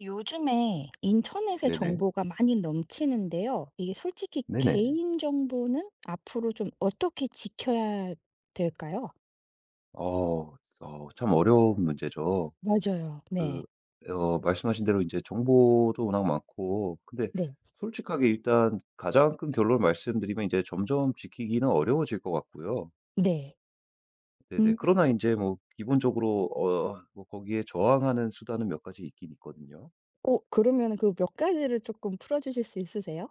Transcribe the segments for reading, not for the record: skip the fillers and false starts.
요즘에 인터넷의 네네. 정보가 많이 넘치는데요. 이게 솔직히 네네. 개인 정보는 앞으로 좀 어떻게 지켜야 될까요? 어 참 어려운 문제죠. 맞아요. 그 네. 말씀하신 대로 이제 정보도 워낙 많고 근데 네. 솔직하게 일단 가장 큰 결론을 말씀드리면 이제 점점 지키기는 어려워질 것 같고요. 네. 네네. 음. 그러나 이제 뭐 기본적으로 뭐 거기에 저항하는 수단은 몇 가지 있긴 있거든요. 그러면 그 몇 가지를 조금 풀어 주실 수 있으세요?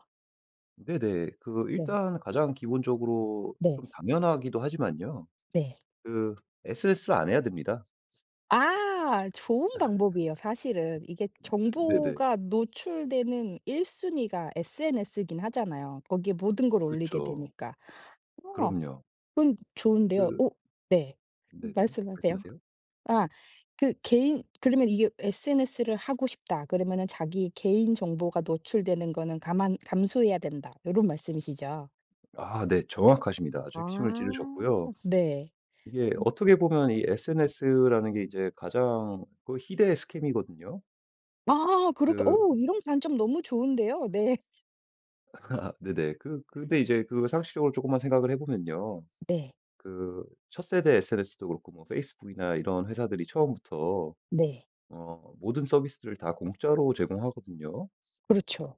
네네. 네. 일단 가장 기본적으로 네. 좀 당연하기도 하지만요. 네. 그 SNS를 안 해야 됩니다. 아 좋은 방법이에요 사실은. 이게 네네. 정보가 노출되는 1순위 순위가 SNS이긴 하잖아요. 거기에 모든 걸 올리게 그쵸. 되니까. 어. 그럼요. 그건 좋은데요. 그 오, 네. 네네. 말씀하세요. 말씀하세요. 아 그 개인 그러면 이게 SNS를 하고 싶다 그러면은 자기 개인 정보가 노출되는 거는 감안 감수해야 된다 이런 말씀이시죠? 아 네. 정확하십니다. 아주 핵심을 아. 찌르셨고요. 네. 이게 어떻게 보면 이 SNS라는 게 이제 가장 그 희대의 스캠이거든요. 아 그렇게 그 오 이런 관점 너무 좋은데요. 네. 네네. 근데 이제 상식적으로 조금만 생각을 해 보면요. 네. 그 첫 세대 SNS도 그렇고 뭐 페이스북이나 이런 회사들이 처음부터 네. 모든 서비스를 다 공짜로 제공하거든요. 그렇죠.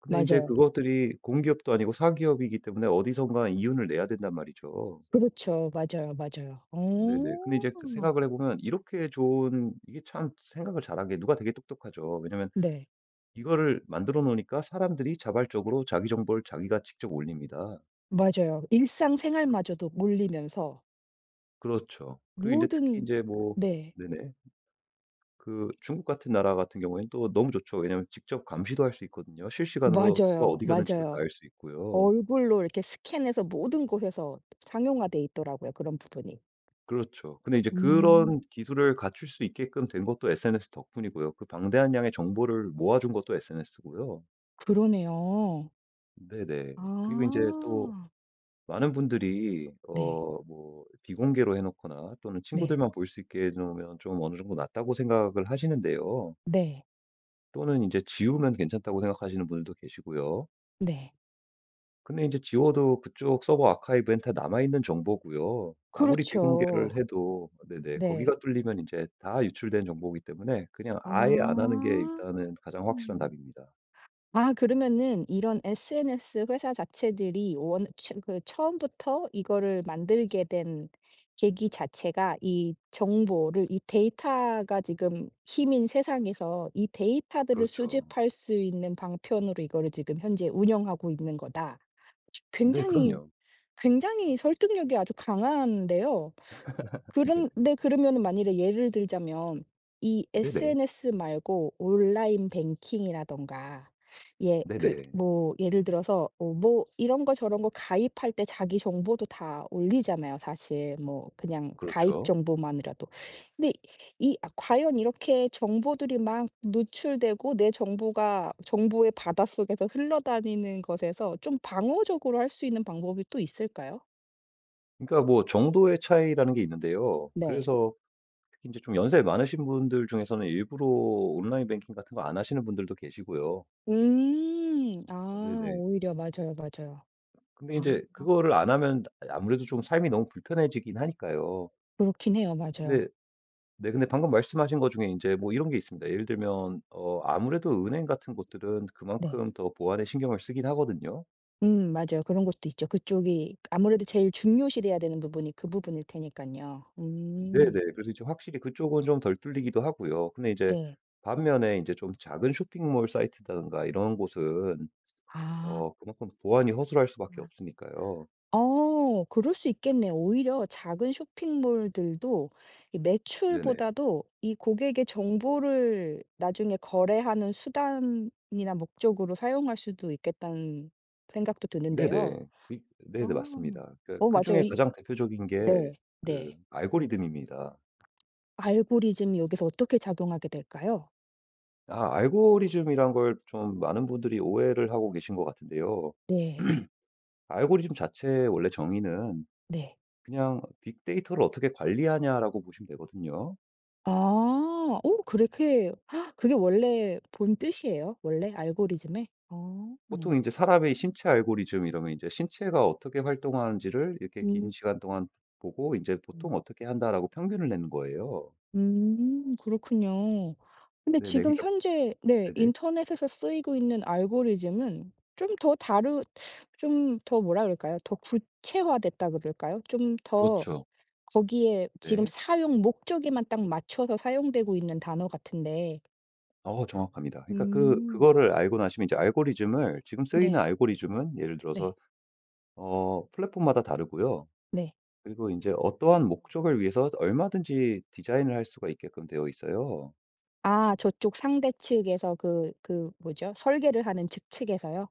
근데 이제 맞아요. 그것들이 공기업도 아니고 사기업이기 때문에 어디선가 이윤을 내야 된단 말이죠. 그렇죠. 맞아요, 맞아요. 네네. 근데 이제 어. 생각을 해 보면 이렇게 좋은 이게 참 생각을 잘한 게 누가 되게 똑똑하죠. 왜냐면 네. 이거를 만들어 놓으니까 사람들이 자발적으로 자기 정보를 자기가 직접 올립니다. 맞아요. 일상생활마저도 몰리면서 그렇죠. 그리고 이제 특히 이 모든 제 뭐 네. 네네. 중국 같은 나라 같은 경우에는 또 너무 좋죠. 왜냐면 직접 감시도 할 수 있거든요. 실시간으로 누가 맞아요. 어디 갔는지도 다 맞아요. 알 수 있고요. 얼굴로 이렇게 스캔해서 모든 곳에서 상용화돼 있더라고요, 그런 부분이. 그렇죠. 근데 이제 음. 그런 기술을 갖출 수 있게끔 된 것도 SNS 덕분이고요. 그 방대한 양의 정보를 모아준 것도 SNS고요. 그러네요. 네네. 그리고 이제또 아. 많은 분들이 네. 뭐 비공개로 해 놓거나 또는 네. 친구들만 볼 수 있게 해 놓으면 좀 어느 정도 낫다고 생각을 하시는데요. 네. 또는 이제 지우면 괜찮다고 생각하시는 분들도 계시고요. 네. 근데 이제 지워도 그쪽 서버 아카이브엔 다 남아 있는 정보고요. 아무리 비공개를 그렇죠. 해도, 네네, 네. 거기가 뚫리면 이제 다 유출된 정보이기 때문에 그냥 아. 아예 안 하는 게 일단은 가장 확실한 답입니다. 아 그러면은 이런 SNS 회사 자체들이 원 처 그 처음부터 이거를 만들게 된 계기 자체가 이 정보를 이 데이터가 지금 힘인 세상에서 이 데이터들을 그렇죠. 수집할 수 있는 방편으로 이거를 지금 현재 운영하고 있는 거다. 네 굉장히, 그럼요. 굉장히 설득력이 아주 강한데요. 그런데 그러면은 만일에 예를 들자면 이 네네. 네네. SNS 말고 온라인 뱅킹이라든가 예 네네. 예를 들어서 이런 거 저런 거 가입할 때 자기 정보도 다 올리잖아요 사실 뭐 그냥 가입 그렇죠. 정보만이라도. 근데 이 아 과연 이렇게 정보들이 막 노출되고 내 정보가 정보의 바닷속에서 흘러다니는 것에서 좀 방어적으로 할 수 있는 방법이 또 있을까요? 그러니까 뭐 정도의 차이라는 게 있는데요. 네. 그래서 특히 제좀 연세 많으신 분들 중에서는 일부러 온라인 뱅킹 같은 거 안 하시는 분들도 계시고요. 음. 아 네네. 오히려 맞아요, 맞아요. 근데 아 인제 그거를 안 하면 아무래도 좀 삶이 너무 불편해지긴 하니까요. 그렇긴 해요. 맞아요. 근데 네 근데 방금 말씀하신 것 중에 인제 뭐 이런 게 있습니다. 예를 들면 아무래도 은행 같은 곳들은 네. 그만큼 더 보안에 신경을 쓰긴 하거든요. 맞아요. 그런 것도 있죠. 그쪽이 아무래도 제일 중요시돼야 되는 부분이 그 부분일 테니깐요. 네네. 그래서 이제 확실히 그쪽은 좀 덜 뚫리기도 하고요. 근데 이제 네. 반면에 인제 좀 작은 쇼핑몰 사이트라든가 이런 곳은 아. 그만큼 보안이 허술할 수밖에 없으니까요. 어 그럴 수 있겠네요. 오히려 작은 쇼핑몰들도 이 네네. 매출보다도 이 고객의 정보를 나중에 거래하는 수단이나 목적으로 사용할 수도 있겠다는 생각도 드는데요. 네네. 이 아. 네네 맞습니다. 그러니까 어 그중 맞아요. 에 이 가장 대표적인 게 네. 그 네. 알고리즘입니다. 알고리즘이 여기서 어떻게 작용하게 될까요? 아 알고리즘이란 걸 좀 많은 분들이 오해를 하고 계신 것 같은데요. 네. 알고리즘 자체의 원래 정의는 네. 그냥 '빅데이터를 어떻게 관리하냐.'라고 보시면 되거든요. 아. 어 그렇게 그게 원래 본 뜻이에요? 원래 알고리즘의? 아. 보통 음. 이제 사람의 신체 알고리즘 이러면 이제 신체가 어떻게 활동하는지를 이렇게 긴 음. 시간 동안 보고 이제 '보통 음, 어떻게 한다.'라고 평균을 내는 거예요. 그렇군요. 근데 네네. 지금 그러니까 현재 네 네네. 인터넷에서 쓰이고 있는 알고리즘은 좀 더 다르 좀 더 뭐라 그럴까요? 더 구체화됐다 그럴까요? 좀 더 그렇죠. 거기에 지금 네. 사용 목적에만 딱 맞춰서 사용되고 있는 단어 같은데. 정확합니다. 그러니까 그 음. 그거를 알고 나시면 이제 알고리즘을 지금 쓰이는 네. 알고리즘은 예를 들어서 네. 플랫폼마다 다르고요. 네. 그리고 이제 어떠한 목적을 위해서 얼마든지 디자인을 할 수가 있게끔 되어 있어요. 아 저쪽 상대 측에서 그 뭐죠? 설계를 하는 측 측에서요?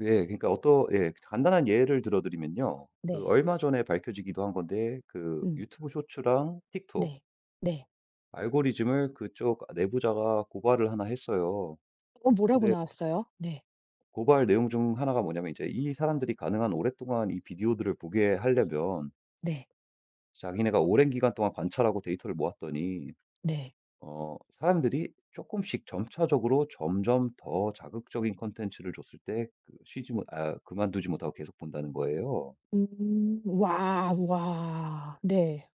예. 그러니까 어떠 예 간단한 예를 들어 드리면요. 네. 얼마 전에 밝혀지기도 한 건데 음. 유튜브 쇼츠랑 틱톡 네. 네. 알고리즘을 그쪽 내부자가 고발을 하나 했어요. 어 뭐라고 근데 나왔어요? 네. 고발 내용 중 하나가 뭐냐면 이제 이 사람들이 가능한 오랫동안 이 비디오들을 보게 하려면 네. 자기네가 오랜 기간 동안 관찰하고 데이터를 모았더니 네. 사람들이 조금씩 점차적으로 점점 더 자극적인 컨텐츠를 줬을 때그 쉬지 못 아 그만두지 못하고 계속 본다는 거예요. 음. 와. 와. 네.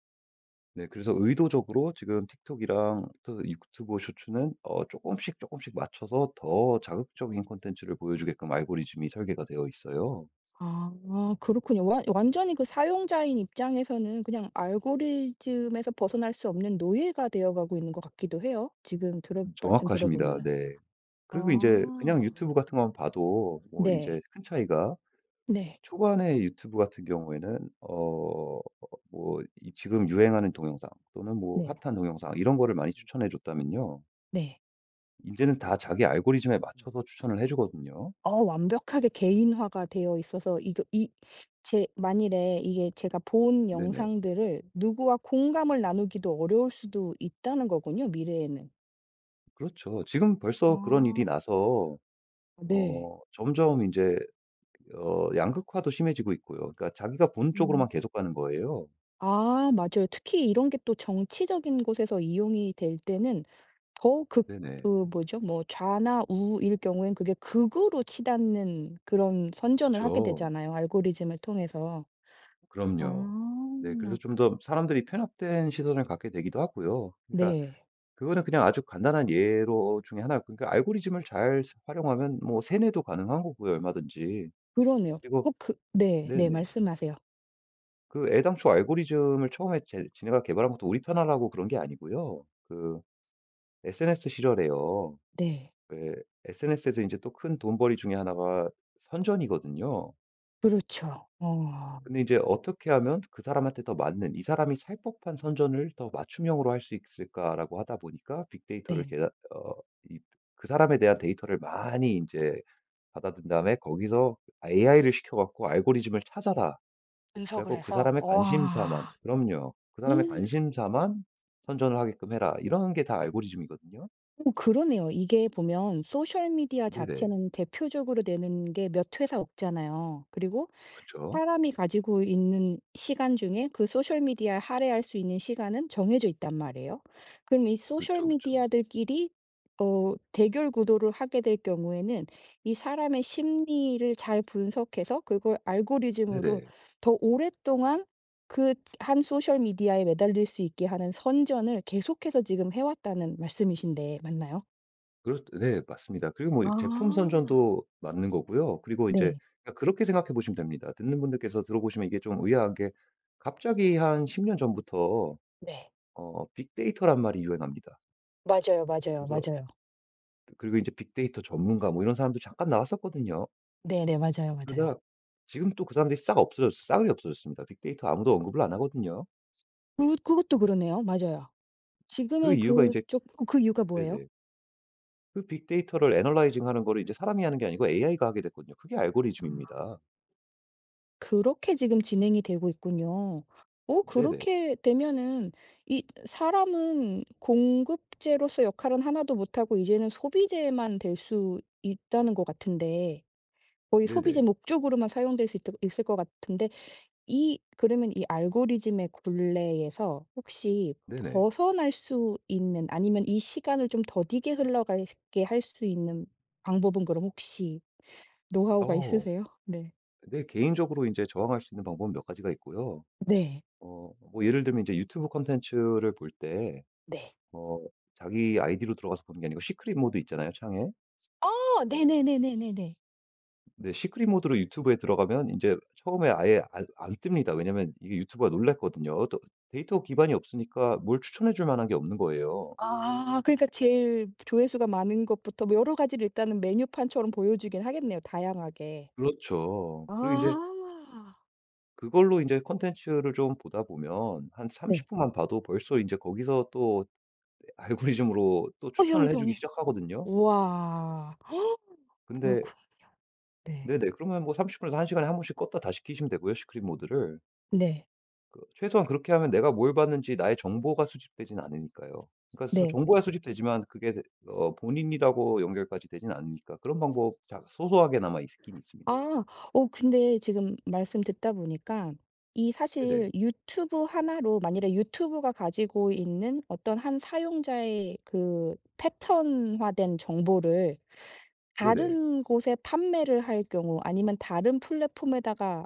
네 그래서 의도적으로 지금 틱톡이랑 또 유튜브 쇼츠는 조금씩 조금씩 맞춰서 더 자극적인 콘텐츠를 보여주게끔 알고리즘이 설계가 되어 있어요. 아 그렇군요. 완 완전히 그 사용자인 입장에서는 그냥 알고리즘에서 벗어날 수 없는 노예가 되어 가고 있는 것 같기도 해요. 지금 들어 말씀 정확하십니다. 들어보면은. 네. 그리고 이제 그냥 아. 유튜브 같은 거만 봐도 뭐 인제 네. 큰 차이가 네. 초반에 유튜브 같은 경우에는 뭐 이 지금 유행하는 동영상 또는 뭐 네. 핫한 동영상 이런 거를 많이 추천해 줬다면요. 네. 인제는 다 자기 알고리즘에 맞춰서 추천을 해 주거든요. 어 완벽하게 개인화가 되어 있어서 이거 이 제 만일에 이게 제가 본 네네. 영상들을 누구와 공감을 나누기도 어려울 수도 있다는 거군요, 미래에는. 그렇죠. 지금 아. 벌써 그런 일이 나서 네. 점점 인제 양극화도 심해지고 있고요. 그러니까 자기가 본 음. 쪽으로만 계속 가는 거예요. 아 맞아요. 특히 이런 게 또 정치적인 곳에서 이용이 될 때는 더 극 네네. 그 뭐죠? 뭐 좌나 우일 경우엔 그게 극으로 치닫는 그런 선전을 하게 그쵸. 되잖아요, 알고리즘을 통해서. 그럼요. 네 그래서 아. 좀 더 사람들이 편협된 시선을 갖게 되기도 하고요. 그러니까 네. 그거는 그냥 아주 간단한 예로 중에 하나 그러니까 알고리즘을 잘 활용하면 뭐 세뇌도 가능한 거고요 얼마든지. 그러네요. 어 그리고 그 네. 네. 네네. 말씀하세요. 애당초 알고리즘을 처음에 제 지네가 개발한 것도 우리 편하라고 그런 게 아니고요. SNS 시절에요. 네. SNS에서 이제 또 큰 돈벌이 중에 하나가 선전이거든요. 그렇죠. 어 근데 이제 어떻게 하면 그 사람한테 더 맞는 '이 사람이 살 법한 선전을 더 맞춤형으로 할 수 있을까?'라고 하다 보니까 빅데이터를 네. 계어이 그 사람에 대한 데이터를 많이 이제 받아든 다음에 거기서 AI를 시켜 갖고 "알고리즘을 찾아라." 그래 분석을 갖고 그 해서 사람의 관심사만 와. 그럼요. "그 사람의 음, 관심사만 선전을 하게끔 해라." 이런 게 다 알고리즘이거든요. 어 그러네요. 이게 보면 소셜 미디어 네네. 자체는 대표적으로 되는 게 몇 회사 없잖아요. 그리고 그쵸. 사람이 가지고 있는 시간 중에 그 소셜 미디어에 할애할 수 있는 시간은 정해져 있단 말이에요. 그럼 이 소셜 그쵸, 그쵸. 미디어들끼리 어 대결 구도를 하게 될 경우에는 이 사람의 심리를 잘 분석해서 그걸 알고리즘으로 네네. 더 오랫동안 그 한 소셜 미디어에 매달릴 수 있게 하는 선전을 계속해서 지금 해 왔다는 말씀이신데 맞나요? 그렇 네 맞습니다. 그리고 뭐 제품 아. 선전도 맞는 거고요. 그리고 이제 네. 그러니까 그렇게 생각해 보시면 됩니다. 듣는 분들께서 들어보시면 이게 좀 의아한 게 갑자기 한 10년 전부터 네. 빅데이터란 말이 유행합니다. 맞아요, 맞아요, 그래서 맞아요. 그리고 이제 빅데이터 전문가 뭐 이런 사람도 잠깐 나왔었거든요. 네네. 맞아요, 맞아요. 그러다가 지금 또 그 사람들이 싹 없어졌어 싸그리 없어졌습니다. 빅데이터 아무도 언급을 안 하거든요. 그 그것도 그러네요. 맞아요. 그 지금은 이유가 이제 그쪽 어, 그 이유가 뭐예요? 네네. 빅데이터를 애널라이징 하는 거를 이제 사람이 하는 게 아니고 AI가 하게 됐거든요. 그게 아 알고리즘입니다. 그렇게 지금 진행이 되고 있군요. 어 네네. 그렇게 되면은 이 사람은 공급제로서 역할은 하나도 못하고 이제는 소비재만 될 수 있다는 것 같은데 거의 네네. 소비재 목적으로만 사용될 수 있다 있을 것 같은데 이 그러면 이 알고리즘의 굴레에서 혹시 네네. 벗어날 수 있는 아니면 이 시간을 좀 더디게 흘러가게 할 수 있는 방법은 그럼 혹시 노하우가 어. 있으세요? 네. 근 개인적으로 이제 저항할 수 있는 방법은 몇 가지가 있고요. 네. 뭐 예를 들면 이제 유튜브 콘텐츠를 볼 때 네. 어 자기 아이디로 들어가서 보는 게 아니고 시크릿 모드 있잖아요, 창에. 아 네네네네네네. 근데 시크릿 모드로 유튜브에 들어가면 이제 처음에 아예 안 뜹니다. 왜냐면 이게 유튜브가 놀랐거든요. 또 데이터 기반이 없으니까 뭘 추천해 줄 만한 게 없는 거예요. 아 그러니까 제일 조회수가 많은 것부터 뭐 여러 가지를 일단은 메뉴판처럼 보여주긴 하겠네요, 다양하게. 그렇죠. 그리고 이제 아. 그걸로 이제 콘텐츠를 좀 보다 보면 한 30분 네. 분만 봐도 벌써 이제 거기서 또 알고리즘으로 또 어 추천을 해 주기 형성이. 시작하거든요. 우와. 근데 그렇군요. 네. 네네. 그러면 뭐 30분 분에서 1시간 시간에 한 번씩 껐다 다시 켜시면 되고요, 시크릿 모드를. 네. 최소한 그렇게 하면 내가 뭘 봤는지 나의 정보가 수집되진 않으니까요. 그러니까 서 네. 정보야 수집되지만 그게 본인이라고 연결까지 되진 않으니까 그런 방법 소소하게나마 있긴 있습니다. 아. 어 근데 지금 말씀 듣다 보니까 이 네네. 사실 유튜브 하나로 만일에 유튜브가 가지고 있는 어떤 한 사용자의 그 패턴화된 정보를 네네. 다른 곳에 판매를 할 경우 아니면 다른 플랫폼에다가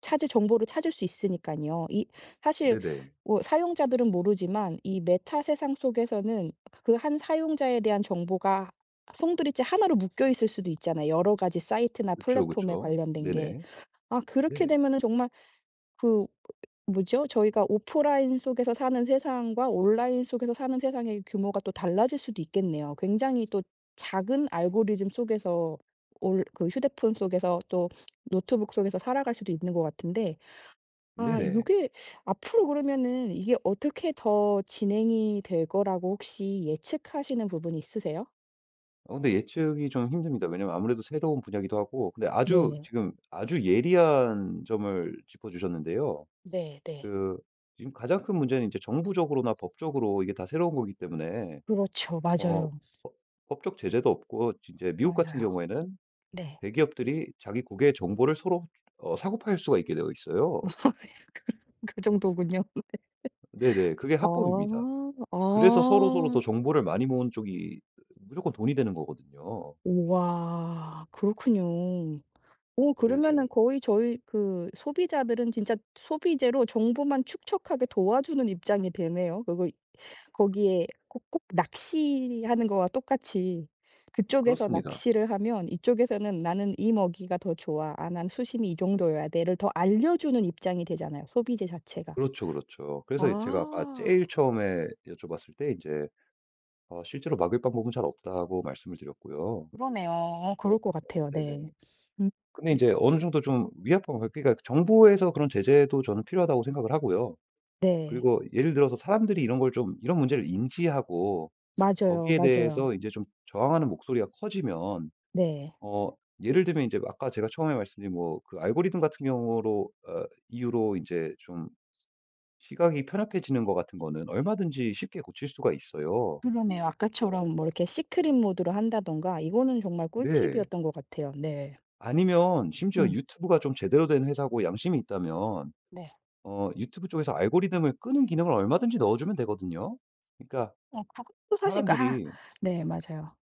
찾을 정보를 찾을 수 있으니깐요. 이 사실 네네. 뭐 사용자들은 모르지만 이 메타 세상 속에서는 그 한 사용자에 대한 정보가 송두리째 하나로 묶여 있을 수도 있잖아요, 여러 가지 사이트나 그쵸, 플랫폼에 그쵸. 관련된 게. 네네. 아 그렇게 네. 되면은 정말 그 뭐죠? 저희가 오프라인 속에서 사는 세상과 온라인 속에서 사는 세상의 규모가 또 달라질 수도 있겠네요. 굉장히 또 작은 알고리즘 속에서 올 그 휴대폰 속에서 또 노트북 속에서 살아갈 수도 있는 것 같은데 아 이 네네. 게 앞으로 그러면은 이게 어떻게 더 진행이 될 거라고 혹시 예측하시는 부분이 있으세요? 근데 예측이 좀 힘듭니다. 왜냐면 아무래도 새로운 분야기도 하고 근데 아주 네. 지금 아주 예리한 점을 짚어 주셨는데요. 네 네. 그 지금 가장 큰 문제는 이제 정부적으로나 법적으로 이게 다 새로운 거기 때문에 그렇죠. 어 맞아요. 법 법적 제재도 없고 이제 미국 같은 맞아요. 경우에는 네. 대기업들이 자기 고객의 정보를 서로 사고 팔 수가 있게 되어 있어요. 그 정도군요. 네네. 그게 합법입니다. 아. 그래서 서로서로 더 아. 정보를 많이 모은 쪽이 무조건 돈이 되는 거거든요. 우와. 그렇군요. 오 그러면은 네네. 거의 저희 그 소비자들은 진짜 소비재로 정보만 축적하게 도와주는 입장이 되네요. 그걸 거기에 꼭 꼭 낚시하는 거와 똑같이 그쪽에서 그렇습니다. 낚시를 하면 이쪽에서는 "나는 이 먹이가 더 좋아. 아 난 수심이 이 정도여야 돼."를 더 알려주는 입장이 되잖아요, 소비재 자체가. 그렇죠, 그렇죠. 그래서 제가 아까 아 제일 처음에 여쭤봤을 때 이제 "실제로 막을 방법은 잘 없다."고 말씀을 드렸고요. 그러네요. 어 그럴 것 같아요. 네. 네네. 음 근데 인제 어느 정도 좀 위압감 그러니까 정부에서 그런 제재도 저는 필요하다고 생각을 하고요. 네. 그리고 예를 들어서 사람들이 이런 걸 좀 이런 문제를 인지하고 맞아요, 거기에 대해서 맞아요. 인제 좀 저항하는 목소리가 커지면 네. 어 예를 들면 인제 아까 제가 처음에 말씀드린 뭐 그 알고리즘 같은 경우로 이유로 인제 좀 시각이 편협해지는 것 같은 거는 얼마든지 쉽게 고칠 수가 있어요. 그러네요. 아까처럼 뭐 이렇게 시크릿 모드로 한다든가 이거는 정말 네. 꿀팁이었던 것 같아요. 네. 아니면 심지어 네. 유튜브가 좀 제대로 된 회사고 양심이 있다면 네. 유튜브 쪽에서 알고리즘을 끄는 기능을 얼마든지 넣어주면 되거든요. 그러니까 어 그것도 사실 그, 아 사람들이 네 맞아요.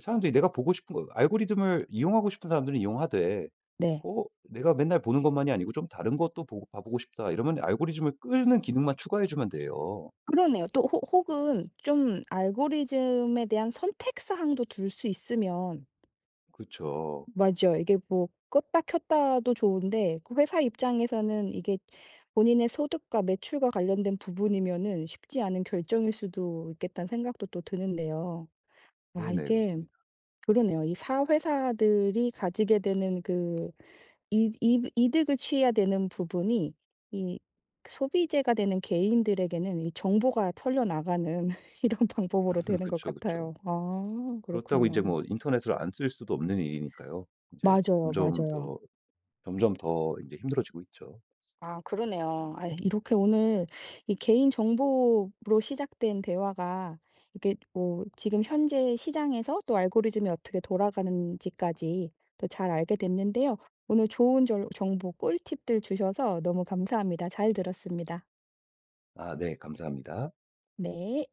사람들이 내가 보고 싶은 거 알고리즘을 이용하고 싶은 사람들은 이용하되 네. 내가 맨날 보는 것만이 아니고 좀 다른 것도 보고 싶다 이러면 알고리즘을 끄는 기능만 추가해 주면 돼요. 그러네요. 또 혹 혹은 좀 알고리즘에 대한 선택 사항도 둘 수 있으면 그쵸. 맞아요. 이게 뭐 껐다 켰다도 좋은데 그 회사 입장에서는 이게 본인의 소득과 매출과 관련된 부분이면은 쉽지 않은 결정일 수도 있겠다는 생각도 또 드는데요. 아 네네. 이게 그렇습니다. 그러네요. 이 사회사들이 가지게 되는 그 이 이 이득을 취해야 되는 부분이 이 소비재가 되는 개인들에게는 이 정보가 털려나가는 이런 방법으로 되는 것 그쵸, 그쵸. 같아요. 아 그렇다고 이제 그렇군요. 뭐 인터넷을 안 쓸 수도 없는 일이니까요. 이제 맞아요, 점점 맞아요. 더 점점 더 이제 힘들어지고 있죠. 아 그러네요. 아 이렇게 오늘 이 개인 정보로 시작된 대화가 이렇게 뭐 지금 현재 시장에서 또 알고리즘이 어떻게 돌아가는지까지 또 잘 알게 됐는데요. 오늘 좋은 절 정보 꿀팁들 주셔서 너무 감사합니다. 잘 들었습니다. 아 네. 감사합니다. 네.